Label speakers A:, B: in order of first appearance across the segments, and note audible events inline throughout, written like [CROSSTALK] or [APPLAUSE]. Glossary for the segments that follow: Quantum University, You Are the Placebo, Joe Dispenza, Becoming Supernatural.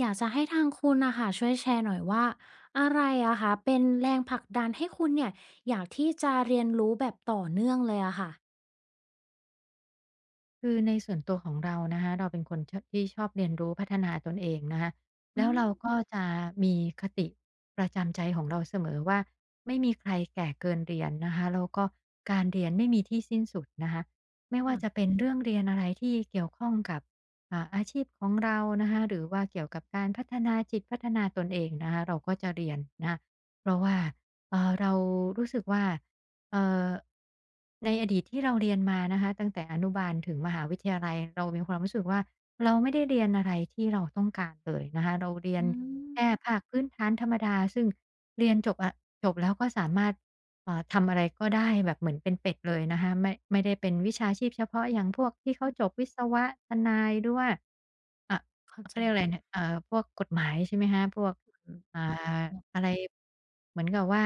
A: อยากจะให้ทางคุณนะค่ะช่วยแชร์หน่อยว่าอะไรอะคะเป็นแรงผลักดันให้คุณเนี่ยอยากที่จะเรียนรู้แบบต่อเนื่องเลยอะค่ะ
B: คือในส่วนตัวของเรานะคะเราเป็นคนชอบที่ชอบเรียนรู้พัฒนาตนเองนะคะแล้
A: อื
B: ว
A: ม
B: เราก็จะมีคติประจำใจของเราเสมอว่าไม่มีใครแก่เกินเรียนนะคะแล้วก็การเรียนไม่มีที่สิ้นสุดนะคะไม่ว่าจะ
A: ค่ะ
B: เป็นเรื่องเรียนอะไรที่เกี่ยวข้องกับอาชีพของเรานะคะหรือว่าเกี่ยวกับการพัฒนาจิตพัฒนาตนเองนะคะเราก็จะเรียนนะคะเพราะว่าเรารู้สึกว่า เอ่อในอดีตที่เราเรียนมานะคะตั้งแต่อนุบาลถึงมหาวิทยาลัยเรามีความรู้สึกว่าเราไม่ได้เรียนอะไรที่เราต้องการเลยนะคะเราเรียน
A: อื
B: แค่
A: ม
B: ภาคพื้นฐานธรรมดาซึ่งเรียนจบอะจบแล้วก็สามารถทำอะไรก็ได้แบบเหมือนเป็นเป็ดเลยนะคะไม่ได้เป็นวิชาชีพเฉพาะอย่างพวกที่เขา
A: อื
B: จบ
A: ม
B: วิศวะทนายหรือว่าอะ
A: เข้าใจ
B: เขาเรียกอะไรนะพวกกฎหมายใช่ไหมคะพวก
A: อืม
B: อ่า
A: ค่ะ
B: อะไรเหมือนกับว่า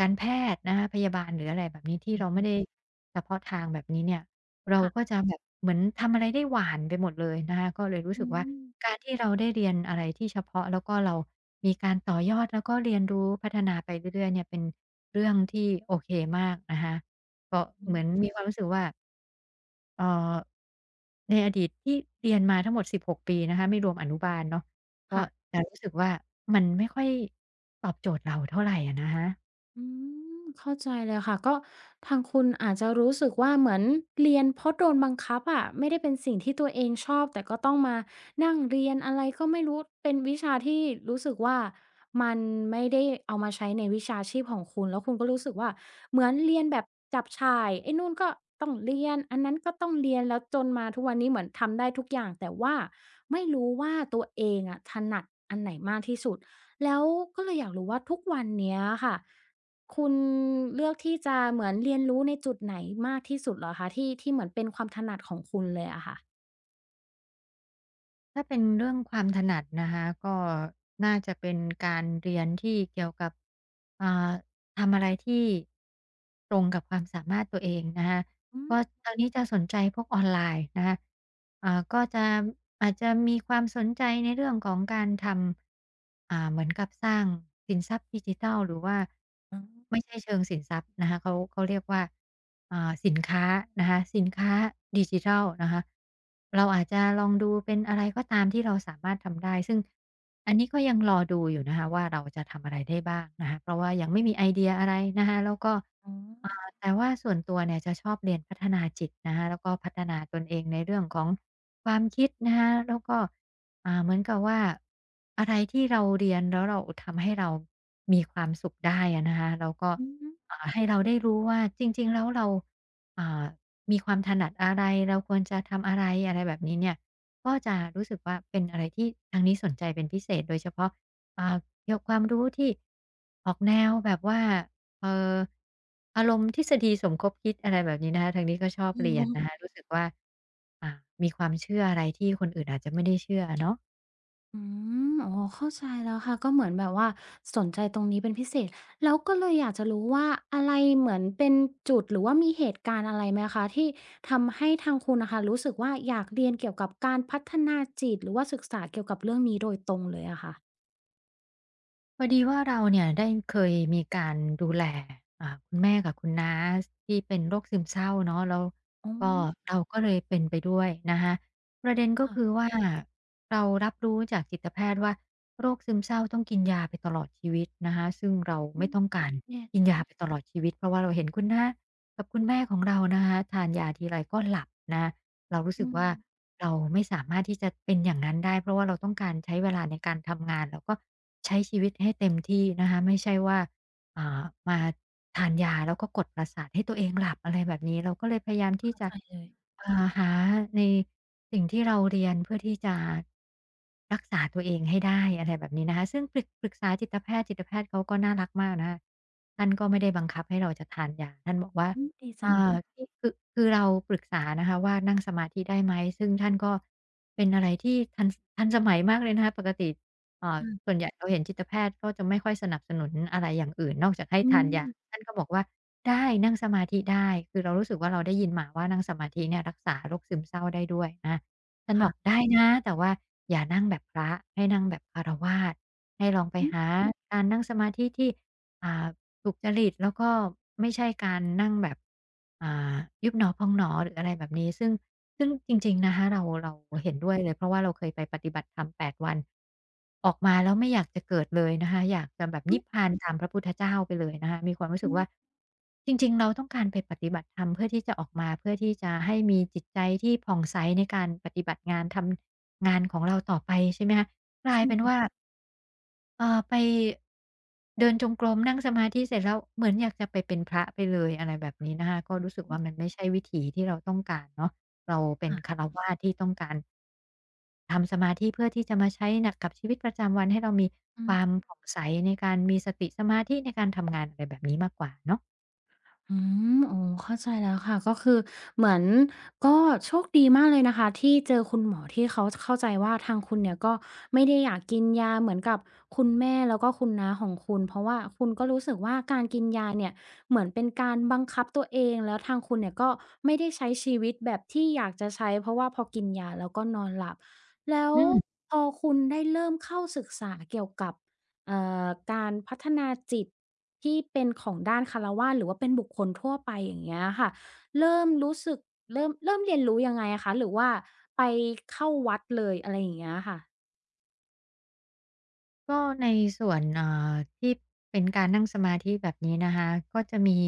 B: การแพทย์นะคะพยาบาลหรืออะไรแบบนี้ที่
A: อื
B: เราไม่ได้
A: ม
B: เฉพาะทางแบบนี้เนี่ยเราก็
A: ค่ะ
B: จะแบบเหมือนทำอะไรได้หวานไปหมดเลยนะคะก็เลยรู้
A: อื
B: สึกว่า
A: ม
B: การที่เราได้เรียนอะไรที่เฉพาะแล้วก็เรามีการต่อยอดแล้วก็เรียนรู้พัฒนาไปเรื่อยๆเนี่ยเป็นเรื่องที่โอเคมากนะคะก็
A: อื
B: เหมือน
A: ม
B: มีความรู้สึกว่า เอ่อในอดีตที่เรียนมาทั้งหมด16ปีนะคะไม่รวมอนุบาลเนาะก็
A: ค่ะ
B: จะรู้สึกว่ามันไม่ค่อยตอบโจทย์เราเท่าไรอะนะคะ
A: อืมเข้าใจเลยค่ะก็ทางคุณอาจจะรู้สึกว่าเหมือนเรียนเพราะโดนบังคับอะไม่ได้เป็นสิ่งที่ตัวเองชอบแต่ก็ต้องมานั่งเรียนอะไรก็ไม่รู้เป็นวิชาที่รู้สึกว่ามันไม่ได้เอามาใช้ในวิชาชีพของคุณแล้วคุณก็รู้สึกว่าเหมือนเรียนแบบจับฉ่ายไอ้นู่นก็ต้องเรียนอันนั้นก็ต้องเรียนแล้วจนมาทุกวันนี้เหมือนทำได้ทุกอย่างแต่ว่าไม่รู้ว่าตัวเองอะถนัดอันไหนมากที่สุดแล้วก็เลยอยากรู้ว่าทุกวันเนี้ยค่ะ คุณเลือกที่จะเหมือนเรียนรู้ในจุดไหนมากที่สุดเหรอคะที่ที่เหมือนเป็นความถนัดของคุณเลยอะค่ะ
B: ถ้าเป็นเรื่องความถนัดนะคะก็น่าจะเป็นการเรียนที่เกี่ยวกับอ่าทำอะไรที่ตรงกับความสามารถตัวเองนะคะ
A: อืม
B: ก็ทางนี้จะสนใจพวกออนไลน์นะคะก็จะอาจจะมีความสนใจในเรื่องของการทำเหมือนกับสร้างสินทรัพย์ดิจิทัลหรือว่าไม่ใช่เชิงสินทรัพย์นะคะเขาเรียกว่าสินค้านะคะสินค้าดิจิทัลนะคะ เราอาจจะลองดูเป็นอะไรก็ตามที่เราสามารถทำได้ซึ่งอันนี้ก็ยังรอดูอยู่นะคะว่าเราจะทำอะไรได้บ้างนะคะเพราะว่ายังไม่มีไอเดียอะไรนะคะแล้วก็
A: อ๋อ
B: อ่าแต่ว่าส่วนตัวเนี่ยจะชอบเรียนพัฒนาจิตนะคะแล้วก็พัฒนาตนเองในเรื่องของความคิดนะคะแล้วก็เหมือนกับว่าอะไรที่เราเรียนแล้วเราทำให้เรามีความสุขได้อะนะคะแล้วก็
A: อือฮึ
B: ให้เราได้รู้ว่าจริงๆแล้วเรา อ่ามีความถนัดอะไรเราควรจะทำอะไรอะไรแบบนี้เนี่ยก็จะรู้สึกว่าเป็นอะไรที่ทางนี้สนใจเป็นพิเศษโดยเฉพาะอ่าเกี่ยวความรู้ที่ออกแนวแบบว่าเอ่ออารมณ์ทฤษฎีสมคบคิดอะไรแบบนี้นะคะทางนี้ก็ชอบ
A: อือ
B: เรียนนะคะรู้สึกว่าอ่ามีความเชื่ออะไรที่คนอื่นอาจจะไม่ได้เชื่ออะเนาะ
A: อืมอ๋อเข้าใจแล้วค่ะก็เหมือนแบบว่าสนใจตรงนี้เป็นพิเศษแล้วก็เลยอยากจะรู้ว่าอะไรเหมือนเป็นจุดหรือว่ามีเหตุการณ์อะไรไหมคะที่ทำให้ทางคุณน่ะค่ะรู้สึกว่าอยากเรียนเกี่ยวกับการพัฒนาจิตหรือว่าศึกษาเกี่ยวกับเรื่องนี้โดยตรงเลยอะค่ะ
B: พอดีว่าเราเนี่ยได้เคยมีการดูแลคุณแม่กับคุณน้าที่เป็นโรคซึมเศร้าเนาะแล้ว
A: อ๋อ
B: ก็เราก็เลยเป็นไปด้วยนะคะประเด็นก็
A: ค่ะ
B: คือว่าเรารับรู้จากจิตแพทย์ว่าโรคซึมเศร้าต้องกินยาไปตลอดชีวิตนะคะซึ่งเรา
A: อื
B: ไม่
A: ม
B: ต้องการ
A: แย่
B: กิน
A: จัง
B: ยาไปตลอดชีวิตเพราะว่าเราเห็นคุณน้ากับคุณแม่ของเรานะคะทานยาทีไรก็หลับนะ เรารู้สึ
A: อื
B: ก
A: ม
B: ว่าเราไม่สามารถที่จะเป็นอย่างนั้นได้เพราะว่าเราต้องการใช้เวลาในการทำงานแล้วก็ใช้ชีวิตให้เต็มที่นะคะไม่ใช่ว่าอ่ามาทานยาแล้วก็กดประสาทให้ตัวเองหลับอะไรแบบนี้เราก็เลยพยายามที่
A: เข้า
B: จะ
A: ใจเลย
B: หาในสิ่งที่เราเรียนเพื่อที่จะรักษาตัวเองให้ได้อะไรแบบนี้นะคะซึ่งปรึกษาจิตแพทย์จิตแพทย์เขาก็น่ารักมากนะคะท่านก็ไม่ได้บังคับให้เราจะทานยาท่านบอกว่า
A: อืมดี
B: อ
A: จัง
B: าที่คือเราปรึกษานะคะว่านั่งสมาธิได้ไหมซึ่งท่านก็เป็นอะไรที่ทันสมัยมากเลยนะคะปกติเอ่อ
A: ค่ะ
B: ส่วนใหญ่เราเห็นจิตแพทย์ก็จะไม่ค่อยสนับสนุนอะไรอย่างอื่นนอกจากให้
A: อื
B: ทาน
A: ม
B: ยาท่านก็บอกว่าได้นั่งสมาธิได้คือเรารู้สึกว่าเราได้ยินมาว่านั่งสมาธิเนี่ยรักษาโรคซึมเศร้าได้ด้วยนะท่านบอก
A: ค่ะ
B: ได้นะแต่ว่าอย่านั่งแบบพระให้นั่งแบบฆราวาสให้ลองไป
A: อื
B: หาการนั่งสมาธิที่อ่า ถูกจริตแล้วก็ไม่ใช่การนั่งแบบอ่ายุบหนอพองหนอหรืออะไรแบบนี้ซึ่งจริงๆนะคะเราเห็นด้วยเลยเพราะว่าเราเคยไปปฏิบัติธรรมแปดวันออกมาแล้วไม่อยากจะเกิดเลยนะคะอยากจะแบบนิพ
A: ม
B: พานตามพระพุทธเจ้าไปเลยนะคะมีความรู้สึ
A: ๆ
B: กว่าจริงๆเราต้องการไปปฏิบัติธรรมเพื่อที่จะออกมาเพื่อที่จะให้มีจิตใจที่ผ่องใสในการปฏิบัติงานทำงานของเราต่อไปใช่ไหมคะก
A: ๆ
B: ลาย
A: ใช่
B: เป็น
A: เล
B: ว่า
A: ย
B: ไปเดินจงกรมนั่งสมาธิเสร็จแล้วเหมือนอยากจะไปเป็นพระไปเลยอะไรแบบนี้นะคะก็รู้สึกว่ามันไม่ใช่วิถีที่เราต้องการเนาะเราเป็น
A: ค่ะ
B: ฆราวาสที่ต้องการทำสมาธิเพื่อที่จะมาใช้หนักกับชีวิตประจำวันให้เรามี
A: อื
B: ความผ่องใสในการมีสติสมาธิในการทำงานอะไรแบบนี้มากกว่าเนาะ
A: อืมโอ้เข้าใจแล้วค่ะ ก็คือเหมือนก็โชคดีมากเลยนะคะที่เจอคุณหมอที่เขาเข้าใจว่าทางคุณเนี่ยก็ไม่ได้อยากกินยาเหมือนกับคุณแม่แล้วก็คุณน้าของคุณเพราะว่าคุณก็รู้สึกว่าการกินยาเนี่ยเหมือนเป็นการบังคับตัวเองแล้วทางคุณเนี่ยก็ไม่ได้ใช้ชีวิตแบบที่อยากจะใช้เพราะว่าพอกินยาแล้วก็นอนหลับแล้ว
B: อืม
A: พอคุณได้เริ่มเข้าศึกษาเกี่ยวกับ เอ่การพัฒนาจิตที่เป็นของด้านฆราวาสหรือว่าเป็นบุคคลทั่วไปอย่างเงี้ยค่ะเริ่มรู้สึกเริ่มเรียนรู้ยังไงอะคะหรือว่าไปเข้าวัดเลยอะไรอย่างเงี้ยค่ะ
B: ก็ในส่วนที่เป็นการนั่งสมาธิแบบนี้นะคะก็จะมี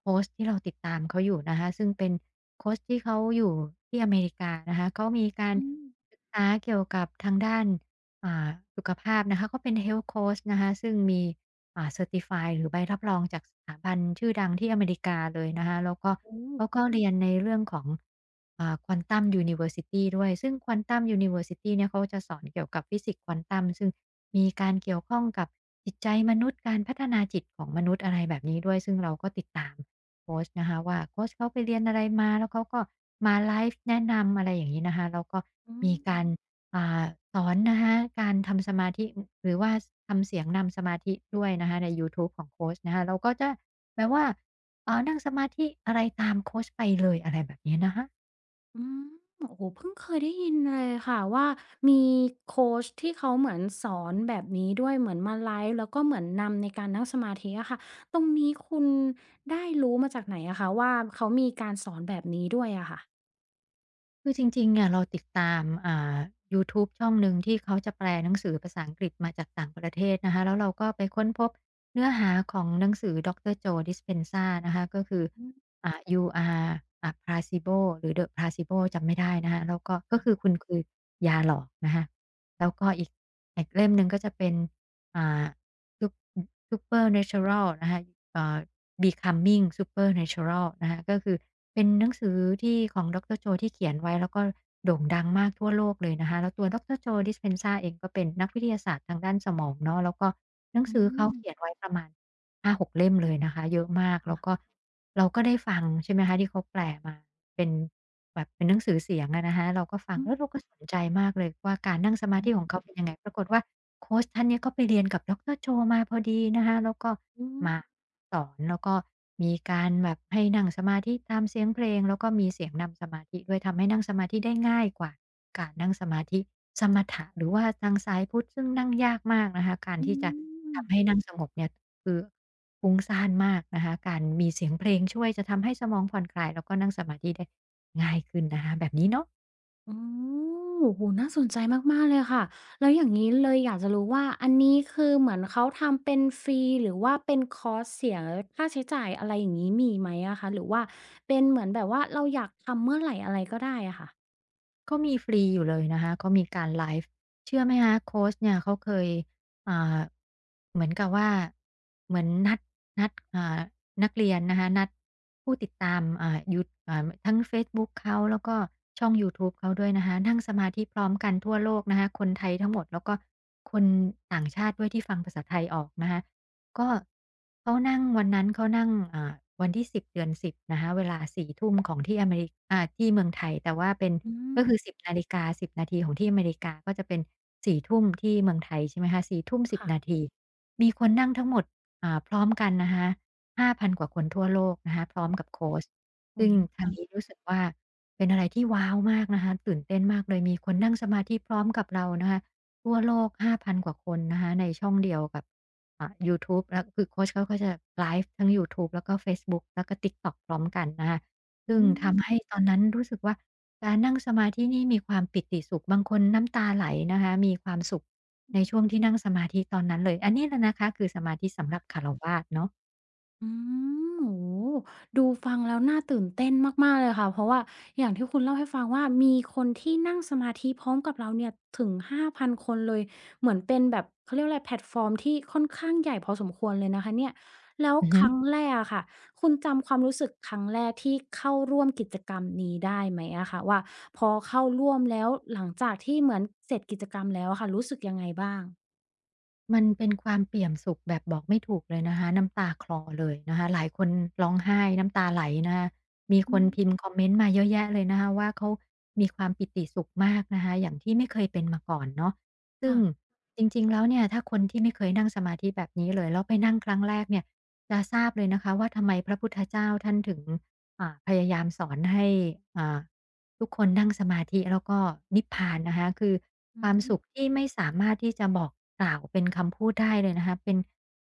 B: โคชที่เราติดตามเขาอยู่นะคะซึ่งเป็นโคชที่เขาอยู่ที่อเมริกานะคะเขามีการ
A: อืม
B: ศึกษาเกี่ยวกับทางด้าน อ่าสุขภาพนะคะเขาเป็น Health Coach นะคะซึ่งมีเซอร์ติฟายหรือใบรับรองจากสถาบันชื่อดังที่อเมริกาเลยนะคะแล้วก็
A: โอ้
B: เขาก็เรียนในเรื่องของQuantum University ด้วยซึ่ง Quantum University เนี่ยเขาจะสอนเกี่ยวกับฟิสิกส์ควอนตัมซึ่งมีการเกี่ยวข้องกับจิตใจมนุษย์การพัฒนาจิตของมนุษย์อะไรแบบนี้ด้วยซึ่งเราก็ติดตามโคชนะคะว่าโคชเขาไปเรียนอะไรมาแล้วเขาก็มาไลฟ์แนะนำอะไรอย่างนี้นะคะแล้วก็
A: อื
B: มี
A: ม
B: การ อ่าสอนนะคะการทำสมาธิหรือว่าทำเสียงนำสมาธิด้วยนะคะในยูทูบของโคชนะคะเราก็จะแบบว่านั่งสมาธิอะไรตามโคชไปเลยอะไรแบบนี้นะคะ
A: อืมโอ้โฮเพิ่งเคยได้ยินเลยค่ะว่ามีโคชที่เขาเหมือนสอนแบบนี้ด้วยเหมือนมาไลฟ์แล้วก็เหมือนนำในการนั่งสมาธิอะค่ะตรงนี้คุณได้รู้มาจากไหนอะคะว่าเขามีการสอนแบบนี้ด้วยอะค่ะ
B: คือจริงๆเนี่ยเราติดตามยูทูบช่องหนึ่งที่เขาจะแปลหนังสือภาษาอังกฤษมาจากต่างประเทศนะคะแล้วเราก็ไปค้นพบเนื้อหาของหนังสือดร Joe Dispenza นะคะก็คือ
A: อืม
B: "You Are Placebo" หรือ "The Placebo" จำไม่ได้นะคะแล้วก็ก็คือคุณคือยาหลอกนะคะแล้วก็อีกเล่มหนึ่งก็จะเป็นอ่า Sup Supernatural นะคะเอ่อ Becoming Supernatural นะคะก็คือเป็นหนังสือที่ของดรโจที่เขียนไว้แล้วก็โด่งดังมากทั่วโลกเลยนะคะแล้วตัวดรโ o Dispenza เองก็เป็นนักวิทยาศาสตร์ทางด้านสมองเนาะแล้วก็หนัง
A: อื
B: สือเขาเขียน
A: ม
B: ไว้ประมาณ5-6เล่มเลยนะคะเยอะมากแล้วก็
A: ค่ะ
B: เราก็ได้ฟังใช่ไหมคะที่เขาแปลมาเป็นแบบเป็นหนังสือเสียงอะนะคะเราก็ฟัง
A: อื
B: เอ
A: ม
B: อเราก็สนใจมากเลยว่าการนั่งสมาธิขอ
A: อ
B: งเขาเป็นยังไงปรากฏว่า โคชท่านเนี่ยก็ไปเรียนกับดรโจมาพอดีนะคะแล้วก็
A: ืม
B: มาสอนแล้วก็มีการแบบให้นั่งสมาธิตามเสียงเพลงแล้วก็มีเสียงนำสมาธิด้วยทำให้นั่งสมาธิได้ง่ายกว่าการนั่งสมาธิสมถะหรือว่าทางสายพุทธซึ่งนั่งยากมากนะคะการ
A: อื
B: ที่จะ
A: ม
B: ทำให้นั่งสงบเนี่ยคือฟุ้งซ่านมากนะคะการมีเสียงเพลงช่วยจะทำให้สมองผ่อนคลายแล้วก็นั่งสมาธิได้ง่ายขึ้นนะคะแบบนี้เนาะ
A: อ๋อโอ้โฮน่าสนใจมากๆเลยค่ะแล้วอย่างงี้เลยอยากจะรู้ว่าอันนี้คือเหมือนเขาทำเป็นฟรีหรือว่าเป็นคอร์สเสียค่าใช้จ่ายอะไรอย่างงี้มีไหมอะคะหรือว่าเป็นเหมือนแบบว่าเราอยากทำเมื่อไหร่อะไรก็ได้อะค่ะ
B: ก็มีฟรีอยู่เลยนะคะก็มีการไลฟ์เชื่อไหมคะ โค้ชเนี่ยเขาเคยอ่าเหมือนกับว่า เหมือนนัดนักเรียนนะคะ นัดผู้ติดตามทั้งเฟซบุ๊กเขา แล้วก็ช่องยูทูบเขาด้วยนะคะนั่งสมาธิพร้อมกันทั่วโลกนะคะ คนไทยทั้งหมดแล้วก็คนต่างชาติด้วยที่ฟังภาษาไทยออกนะคะ ก็เขานั่งวันนั้นเขานั่งวันที่10เดือน10นะคะเวลาสี่ทุ่มของที่อเมริกที่เมืองไทยแต่ว่าเป็น
A: อื
B: ก็
A: ม
B: คือ10นาฬิกาสิบนาทีของที่อเมริกาก็จะเป็น4ทุ่มที่เมืองไทยใช่ไหมคะสี่ทุ่มสิบ
A: ค่ะ
B: นาทีมีคนนั่งทั้งหมดพร้อมกันนะคะห้าพันกว่าคนทั่วโลกนะคะพร้อมกั
A: อ
B: บโคช
A: โอ้
B: ซึ่ง
A: ดี
B: ทา
A: จั
B: ง
A: ง
B: นี้รู้สึกว่าเป็นอะไรที่ว้าวมากนะคะตื่นเต้นมากเลยมีคนนั่งสมาธิพร้อมกับเรานะคะทั่วโลก5,000กว่าคนนะคะในช่องเดียวกับ ยูทูบแล้วคือโคชเขาก็จะไลฟ์ทั้งยูทูบแล้วก็เฟซบุ๊กแล้วก็ TikTok พร้อมกันนะคะ
A: อื
B: ซึ่งทำให้
A: ม
B: ตอนนั้นรู้สึกว่าการนั่งสมาธินี่มีความปิติสุขบางคนน้ำตาไหลนะคะมีความสุข
A: อื
B: ในช่วง
A: ม
B: ที่นั่งสมาธิตอนนั้นเลยอันนี้แหละนะคะคือสมาธิสำหรับฆ
A: ค่ะ
B: ราวาสเนาะ
A: อืมโอ้โฮดูฟังแล้วน่าตื่นเต้นมากๆเลยค่ะเพราะว่าอย่างที่คุณเล่าให้ฟังว่ามีคนที่นั่งสมาธิพร้อมกับเราเนี่ยถึง5,000คนเลยเหมือนเป็นแบบเขาเรียกว่าอะไรแพลตฟอร์มที่ค่อนข้างใหญ่พอสมควรเลยนะคะเนี่ยแล้ว
B: อือ
A: ค
B: ฮึ
A: รั้งแรกอะค่ะคุณจำความรู้สึกครั้งแรกที่เข้าร่วมกิจกรรมนี้ได้ไหมอะคะว่าพอเข้าร่วมแล้วหลังจากที่เหมือนเสร็จกิจกรรมแล้วอะค่ะรู้สึกยังไงบ้าง
B: มันเป็นความเปี่ยมสุขแบบบอกไม่ถูกเลยนะคะน้ำตาคลอเลยนะคะหลายคนร้องไห้น้ำตาไหลนะคะมีค
A: อื
B: นพิม
A: ม
B: พ์คอมเมนต์มาเยอะแยะเลยนะคะว่าเขามีความปิติสุขมากนะคะอย่างที่ไม่เคยเป็นมาก่อนเนาะซึ่ง
A: ค่ะ
B: จริงๆแล้วเนี่ยถ้าคนที่ไม่เคยนั่งสมาธิแบบนี้เลยแล้วไปนั่งครั้งแรกเนี่ยจะทราบเลยนะคะว่าทำไมพระพุทธเจ้าท่านถึงพยายามสอนให้อ่าทุกคนนั่งสมาธิแล้วก็นิพพานนะคะคือ
A: อื
B: ค
A: ม
B: วาม
A: อ
B: สุขที่ไม่สามารถที่จะบอกกล่าวเป็นคำพูดได้เลยนะคะเป็น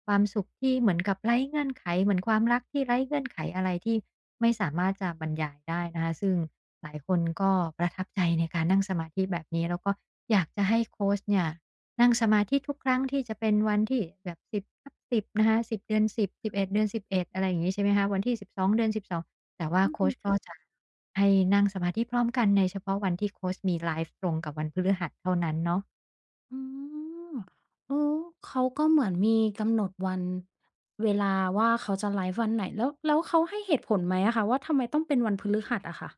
B: ความสุขที่เหมือนกับไร้เงื่อนไขเหมือนความรักที่ไร้เงื่อนไขอะไรที่ไม่สามารถจะบรรยายได้นะคะซึ่งหลายคนก็ประทับใจในการนั่งสมาธิแบบนี้แล้วก็อยากจะให้โคชเนี่ยนั่งสมาธิทุกครั้งที่จะเป็นวันที่แบบสิบทับสิบนะคะสิบเดือนสิบสิบเอ็ดเดือนสิบเอดอะไรอย่างนี้ใช่ไหมคะวันที่สิบสองเดือนสิบสอง แต่ว่า
A: ืม
B: โคชก็จะให้นั่งสมาธิพร้อมกันในเฉพาะวันที่โคชมีไลฟ์ตรงกับวันพฤหัสเท่านั้นเนาะ
A: อืมเอ้เขาก็เหมือนมีกำหนดวันเวลาว่าเขาจะไลฟ์วันไหนแล้วแล้วเขาให้เหตุผลไหมอะคะว่าทำไมต้องเป็นวันพฤหัสอะค่ะ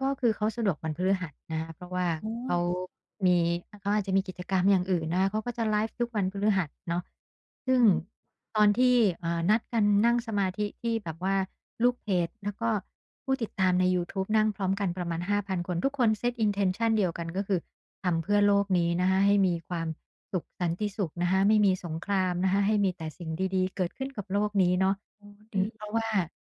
B: ก็คือเขาสะดวกวันพฤหัสนะคะเพราะว่า
A: อ๋อ
B: เขาอมีเขาอาจจะมีกิจกรรมอย่างอื่นนะคะเขาก็จะไลฟ์ทุกวันพฤหัสเนาะซึ่ง
A: อืม
B: ตอนที่นัดกันนั่งสมาธิที่แบบว่าลูกเพจแล้วก็ผู้ติดตามในยูทูบนั่งพร้อมกันประมาณ5,000คนทุกคนเซต intention เดียวกันก็คือทำเพื่อโลกนี้นะคะให้มีความสุขสันติสุขนะคะไม่มีสงครามนะคะให้มีแต่สิ่งดีๆเกิดขึ้นกับโลกนี้เนาะ
A: อ๋อ
B: อื
A: ดี
B: มเพราะว่า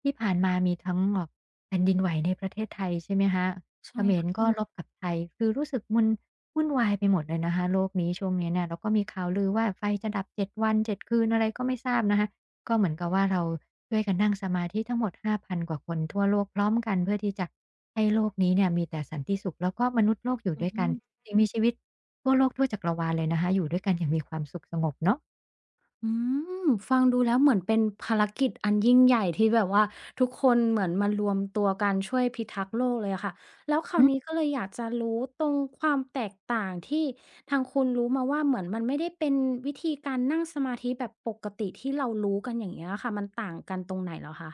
B: ที่ผ่านมามีทั้งแผ่นดินไหวในประเทศไทยใช่ไหมคะเข
A: ใช่
B: มร
A: ค่ะ
B: ก็ลรบกับไทยคือรู้สึกมันวุ่นวายไปหมดเลยนะคะโลกนี้ช่วงนี้เนี่ยแล้วก็มีข่าวลือว่าไฟจะดับ7วัน7คืนอะไรก็ไม่ทราบนะคะก็เหมือนกับว่าเราช่วยกันนั่งสมาธิทั้งหมด5พันกว่าคนทั่วโลกพร้อมกันเพื่อที่จะให้โลกนี้เนี่ยมีแต่สันติสุขแล้วก็มนุษย์โลกอยู่
A: อื
B: ด้วยกัน
A: ม
B: สิ่งมีชีวิตทั่วโลกทั่วจักรวาลเลยนะคะอยู่ด้วยกันอย่างมีความสุขสงบเนาะ
A: อืมฟังดูแล้วเหมือนเป็นภารกิจอันยิ่งใหญ่ที่แบบว่าทุกคนเหมือนมารวมตัวกันช่วยพิทักษ์โลกเลยอะค่ะแล้วคราวนี้ก็เลยอยากจะรู้ตรงความแตกต่างที่ทางคุณรู้มาว่าเหมือนมันไม่ได้เป็นวิธีการนั่งสมาธิแบบปกติที่เรารู้กันอย่างเงี้ยค่ะมันต่างกันตรงไหนเหรอคะ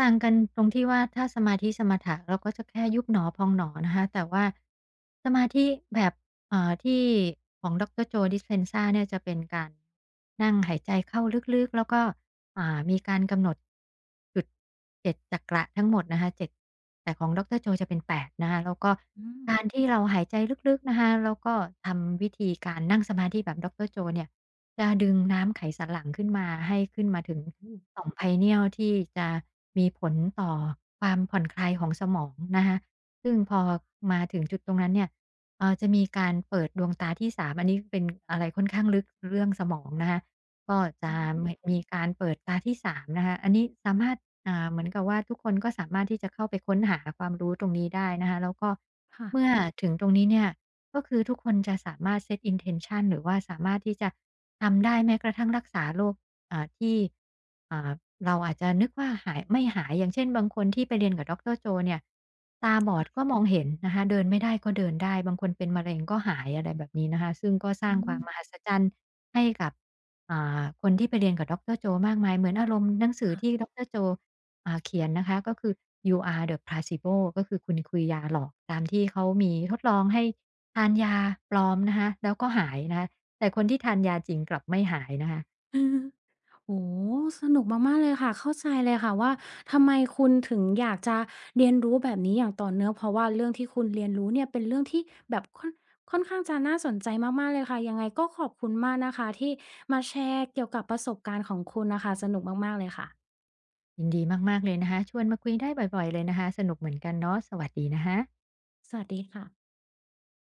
B: ต่างกันตรงที่ว่าถ้าสมาธิสมถะเราก็จะแค่ยุบหนอพองหนอนะคะแต่ว่าสมาธิแบบที่ของดอกเตอร Joe Dispenza เนี่ยจะเป็นการนั่งหายใจเข้าลึกๆแล้วก็มีการกำหนดจุด7จดจักระทั้งหมดนะคะ7แต่ของดอกเตอร Joe จะเป็น8นะคะแล้วก็
A: อืม
B: การที่เราหายใจลึกๆนะคะแล้วก็ทำวิธีการนั่งสมาธิแบบดรโจเนี่ยจะดึงน้ำไขสันหลั่งขึ้นมาให้ขึ้นมาถึง
A: อืม
B: 2 pineal ที่จะมีผลต่อความผ่อนคลายของสมองนะคะซึ่งพอมาถึงจุดตรงนั้นเนี่ยจะมีการเปิดดวงตาที่สามอันนี้เป็นอะไรค่อนข้างลึกเรื่องสมองนะคะก็
A: อื
B: จะม
A: ม
B: มีการเปิดตาที่สามนะคะอันนี้สามารถ เหมือนกับว่าทุกคนก็สามารถที่จะเข้าไปค้นหาความรู้ตรงนี้ได้นะคะแล้วก็
A: ค่ะ
B: เมื่อถึงตรงนี้เนี่ยก็คือทุกคนจะสามารถ set intention หรือว่าสามารถที่จะทำได้แม้กระทั่งรักษาโรคอ่าที่อ่าเราอาจจะนึกว่าหายไม่หายอย่างเช่นบางคนที่ไปเรียนกับดรโจเนี่ยตาบอดก็มองเห็นนะคะเดินไม่ได้ก็เดินได้บางคนเป็นมะเร็งก็หายอะไรแบบนี้นะคะซึ่งก็สร้า
A: อื
B: งควา
A: ม
B: มมหัศจรรย์ให้กับคนที่ไปเรียนกับดรโจมากมายเหมือนอารมณ์หนังสือ
A: ค่ะ
B: ที่ดรโจ เขียนนะคะก็คือ "You are the placebo" ก็คือคุณคือยาหลอกตามที่เขามีทดลองให้ทานยาปลอมนะคะแล้วก็หายนะคะแต่คนที่ทานยาจริงกลับไม่หายนะคะ
A: [LAUGHS] โอ้โฮสนุกมากๆเลยค่ะเข้าใจเลยค่ะว่าทำไมคุณถึงอยากจะเรียนรู้แบบนี้อย่างต่อเนื่องเพราะว่าเรื่องที่คุณเรียนรู้เนี่ยเป็นเรื่องที่แบบค่อนข้างจะน่าสนใจมากๆเลยค่ะยังไงก็ขอบคุณมากนะคะที่มาแชร์เกี่ยวกับประสบการณ์ของคุณน่ะค่ะสนุกมากๆเลยค่ะ
B: ยินดีมากๆเลยนะคะชวนมาคุยได้บ่อยๆเลยนะคะสนุกเหมือนกันเนาะสวัสดีนะคะ
A: สวัสดีค่ะ